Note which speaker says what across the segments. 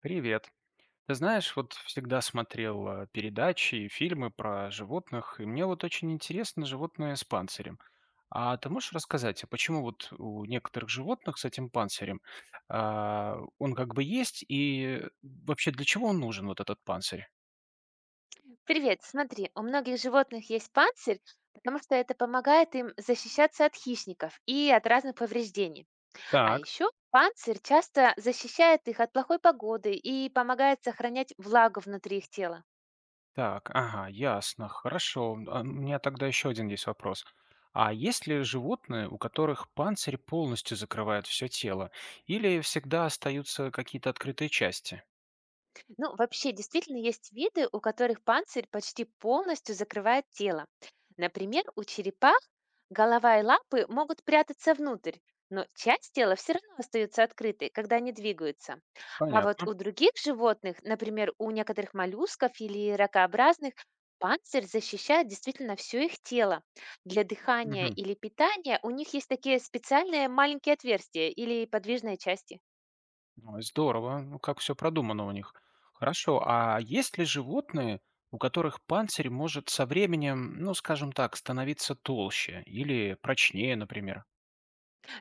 Speaker 1: Привет. Ты знаешь, вот всегда смотрел передачи и фильмы про животных, и мне вот очень интересно животное с панцирем. А ты можешь рассказать, а почему вот у некоторых животных с этим панцирем он как бы есть, и вообще для чего он нужен, вот этот панцирь?
Speaker 2: Привет, смотри, у многих животных есть панцирь, потому что это помогает им защищаться от хищников и от разных повреждений. А
Speaker 1: Так,
Speaker 2: еще панцирь часто защищает их от плохой погоды и помогает сохранять влагу внутри их тела.
Speaker 1: так, ага, ясно, хорошо. А у меня тогда еще один есть вопрос. А есть ли животные, у которых панцирь полностью закрывает все тело, или всегда остаются какие-то открытые части?
Speaker 2: Ну, вообще, действительно есть виды, у которых панцирь почти полностью закрывает тело. Например, у черепах голова и лапы могут прятаться внутрь, но часть тела все равно остается открытой, когда они двигаются. А вот
Speaker 1: Понятно.
Speaker 2: у других животных, например, у некоторых моллюсков или ракообразных, панцирь защищает действительно все их тело. Для дыхания
Speaker 1: Мгм.
Speaker 2: или питания у них есть такие специальные маленькие отверстия или подвижные части.
Speaker 1: Ой, здорово, ну, как все продумано у них. Хорошо, а есть ли животные, у которых панцирь может со временем, ну, скажем так, становиться толще или прочнее, например?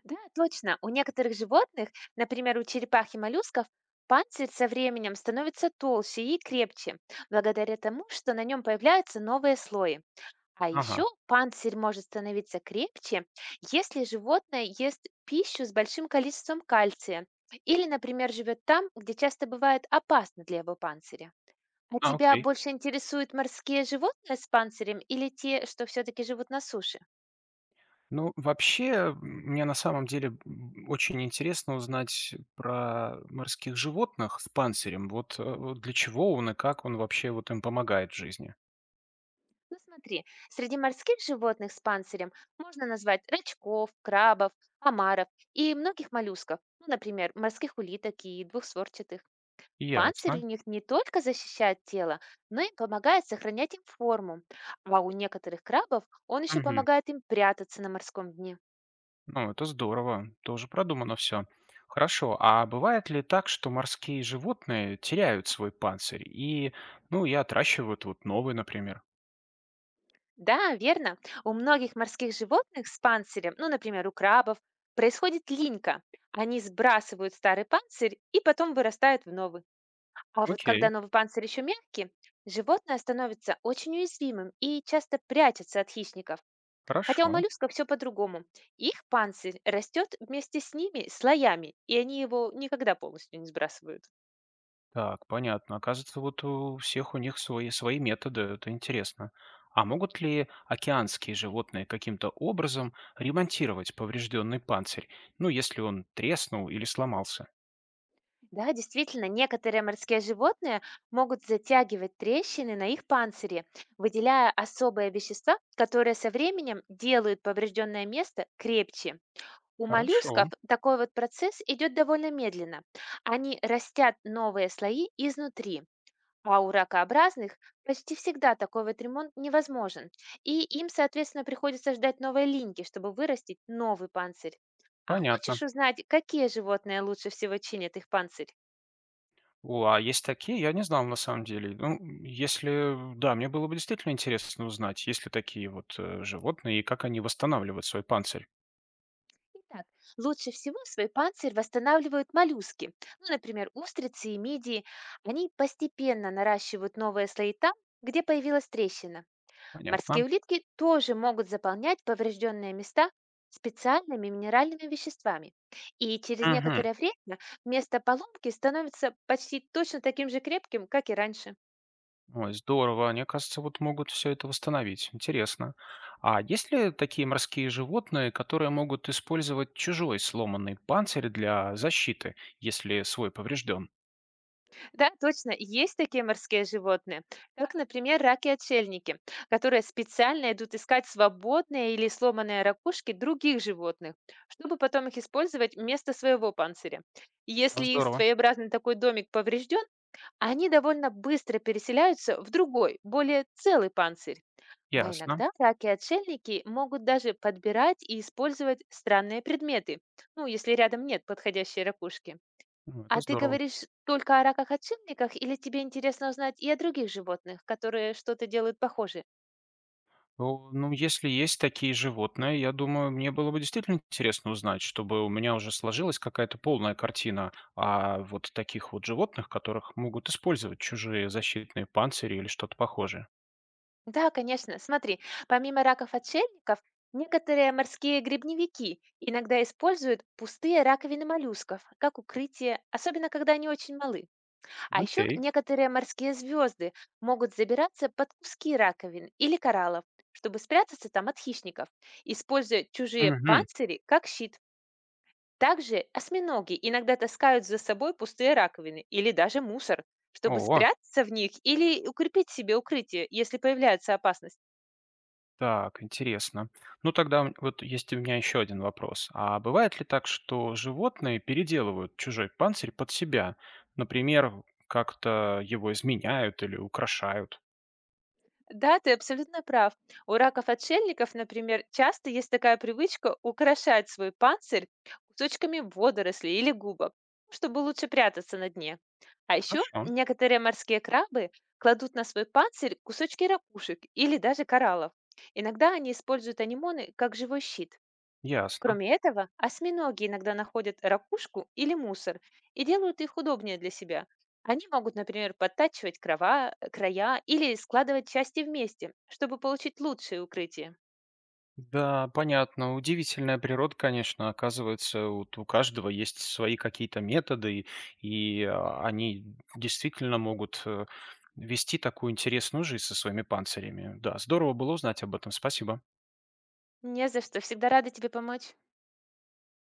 Speaker 2: Да, точно. У некоторых животных, например, у черепах и моллюсков, панцирь со временем становится толще и крепче, благодаря тому, что на нем появляются новые слои. А
Speaker 1: Ага.
Speaker 2: еще панцирь может становиться крепче, если животное ест пищу с большим количеством кальция или, например, живет там, где часто бывает опасно для его панциря. А
Speaker 1: А,
Speaker 2: тебя
Speaker 1: окей.
Speaker 2: больше интересуют морские животные с панцирем или те, что все-таки живут на суше?
Speaker 1: Ну, вообще, мне на самом деле, очень интересно узнать про морских животных с панцирем. Вот, вот для чего он и как он вообще вот им помогает в жизни?
Speaker 2: Ну смотри, среди морских животных с панцирем можно назвать рачков, крабов, омаров и многих моллюсков, ну, например, морских улиток и двухсворчатых. Панцирь
Speaker 1: Ясно.
Speaker 2: у них не только защищает тело, но и помогает сохранять им форму. А у некоторых крабов он еще
Speaker 1: Мгм.
Speaker 2: помогает им прятаться на морском дне.
Speaker 1: Ну, это здорово, тоже продумано все. Хорошо, а бывает ли так, что морские животные теряют свой панцирь и, ну, и отращивают вот новый, например?
Speaker 2: Да, верно. У многих морских животных с панцирем, ну, например, у крабов, происходит линька. Они сбрасывают старый панцирь и потом вырастают в новый. А вот
Speaker 1: Окей,
Speaker 2: когда новый панцирь еще мягкий, животное становится очень уязвимым и часто прячется от хищников. Хотя у
Speaker 1: хорошо.
Speaker 2: моллюсков все по-другому. Их панцирь растет вместе с ними слоями, и они его никогда полностью не сбрасывают.
Speaker 1: Так, понятно. Оказывается, вот у всех у них свои методы, это интересно. А могут ли океанские животные каким-то образом ремонтировать поврежденный панцирь? Ну, если он треснул или сломался?
Speaker 2: Да, действительно, некоторые морские животные могут затягивать трещины на их панцире, выделяя особые вещества, которые со временем делают поврежденное место крепче. У
Speaker 1: Хорошо,
Speaker 2: моллюсков такой вот процесс идет довольно медленно. Они растят новые слои изнутри, а у ракообразных почти всегда такой вот ремонт невозможен. И им, соответственно, приходится ждать новой линьки, чтобы вырастить новый панцирь. А хочешь
Speaker 1: понятно.
Speaker 2: узнать, какие животные лучше всего чинят их панцирь?
Speaker 1: О, а есть такие? Я не знал на самом деле. Ну, если, да, мне было бы действительно интересно узнать, есть ли такие вот животные и как они восстанавливают свой панцирь.
Speaker 2: Итак, лучше всего свой панцирь восстанавливают моллюски. Ну, например, устрицы и мидии. Они постепенно наращивают новые слои там, где появилась трещина.
Speaker 1: Понятно.
Speaker 2: Морские улитки тоже могут заполнять поврежденные места специальными минеральными веществами. И через
Speaker 1: Мгм.
Speaker 2: некоторое время место поломки становится почти точно таким же крепким, как и раньше.
Speaker 1: Ой, здорово. Они, кажется, вот могут все это восстановить. Интересно. А есть ли такие морские животные, которые могут использовать чужой сломанный панцирь для защиты, если свой поврежден?
Speaker 2: Да, точно, есть такие морские животные, как, например, раки-отшельники, которые специально идут искать свободные или сломанные ракушки других животных, чтобы потом их использовать вместо своего панциря. Если их
Speaker 1: Здорово.
Speaker 2: своеобразный такой домик поврежден, они довольно быстро переселяются в другой, более целый панцирь. А
Speaker 1: Ясно.
Speaker 2: иногда раки-отшельники могут даже подбирать и использовать странные предметы, ну, если рядом нет подходящей ракушки.
Speaker 1: Ну, это
Speaker 2: А ты
Speaker 1: здорово.
Speaker 2: говоришь только о раках-отшельниках или тебе интересно узнать и о других животных, которые что-то делают похожее?
Speaker 1: Ну, если есть такие животные, я думаю, мне было бы действительно интересно узнать, чтобы у меня уже сложилась какая-то полная картина о вот таких вот животных, которых могут использовать чужие защитные панцири или что-то похожее.
Speaker 2: Да, конечно. Смотри, помимо раков-отшельников, некоторые морские грибневики иногда используют пустые раковины моллюсков как укрытие, особенно когда они очень малы. А еще
Speaker 1: Окей.
Speaker 2: некоторые морские звезды могут забираться под куски раковин или кораллов, чтобы спрятаться там от хищников, используя чужие
Speaker 1: Мгм.
Speaker 2: панцири как щит. Также осьминоги иногда таскают за собой пустые раковины или даже мусор, чтобы
Speaker 1: О,
Speaker 2: спрятаться в них или укрепить себе укрытие, если появляются опасности.
Speaker 1: так, интересно. Ну, тогда вот есть у меня еще один вопрос. А бывает ли так, что животные переделывают чужой панцирь под себя? Например, как-то его изменяют или украшают?
Speaker 2: Да, ты абсолютно прав. У раков-отшельников, например, часто есть такая привычка украшать свой панцирь кусочками водорослей или губок, чтобы лучше прятаться на дне. А еще
Speaker 1: Хорошо.
Speaker 2: некоторые морские крабы кладут на свой панцирь кусочки ракушек или даже кораллов. Иногда они используют анимоны как живой щит.
Speaker 1: Ясно.
Speaker 2: Кроме этого, осьминоги иногда находят ракушку или мусор и делают их удобнее для себя. Они могут, например, подтачивать крова, края или складывать части вместе, чтобы получить лучшее укрытие.
Speaker 1: Да, понятно. Удивительная природа, конечно, оказывается, вот у каждого есть свои какие-то методы, и они действительно могут вести такую интересную жизнь со своими панцирями. Да, здорово было узнать об этом. Спасибо.
Speaker 2: Не за что, всегда рада тебе помочь.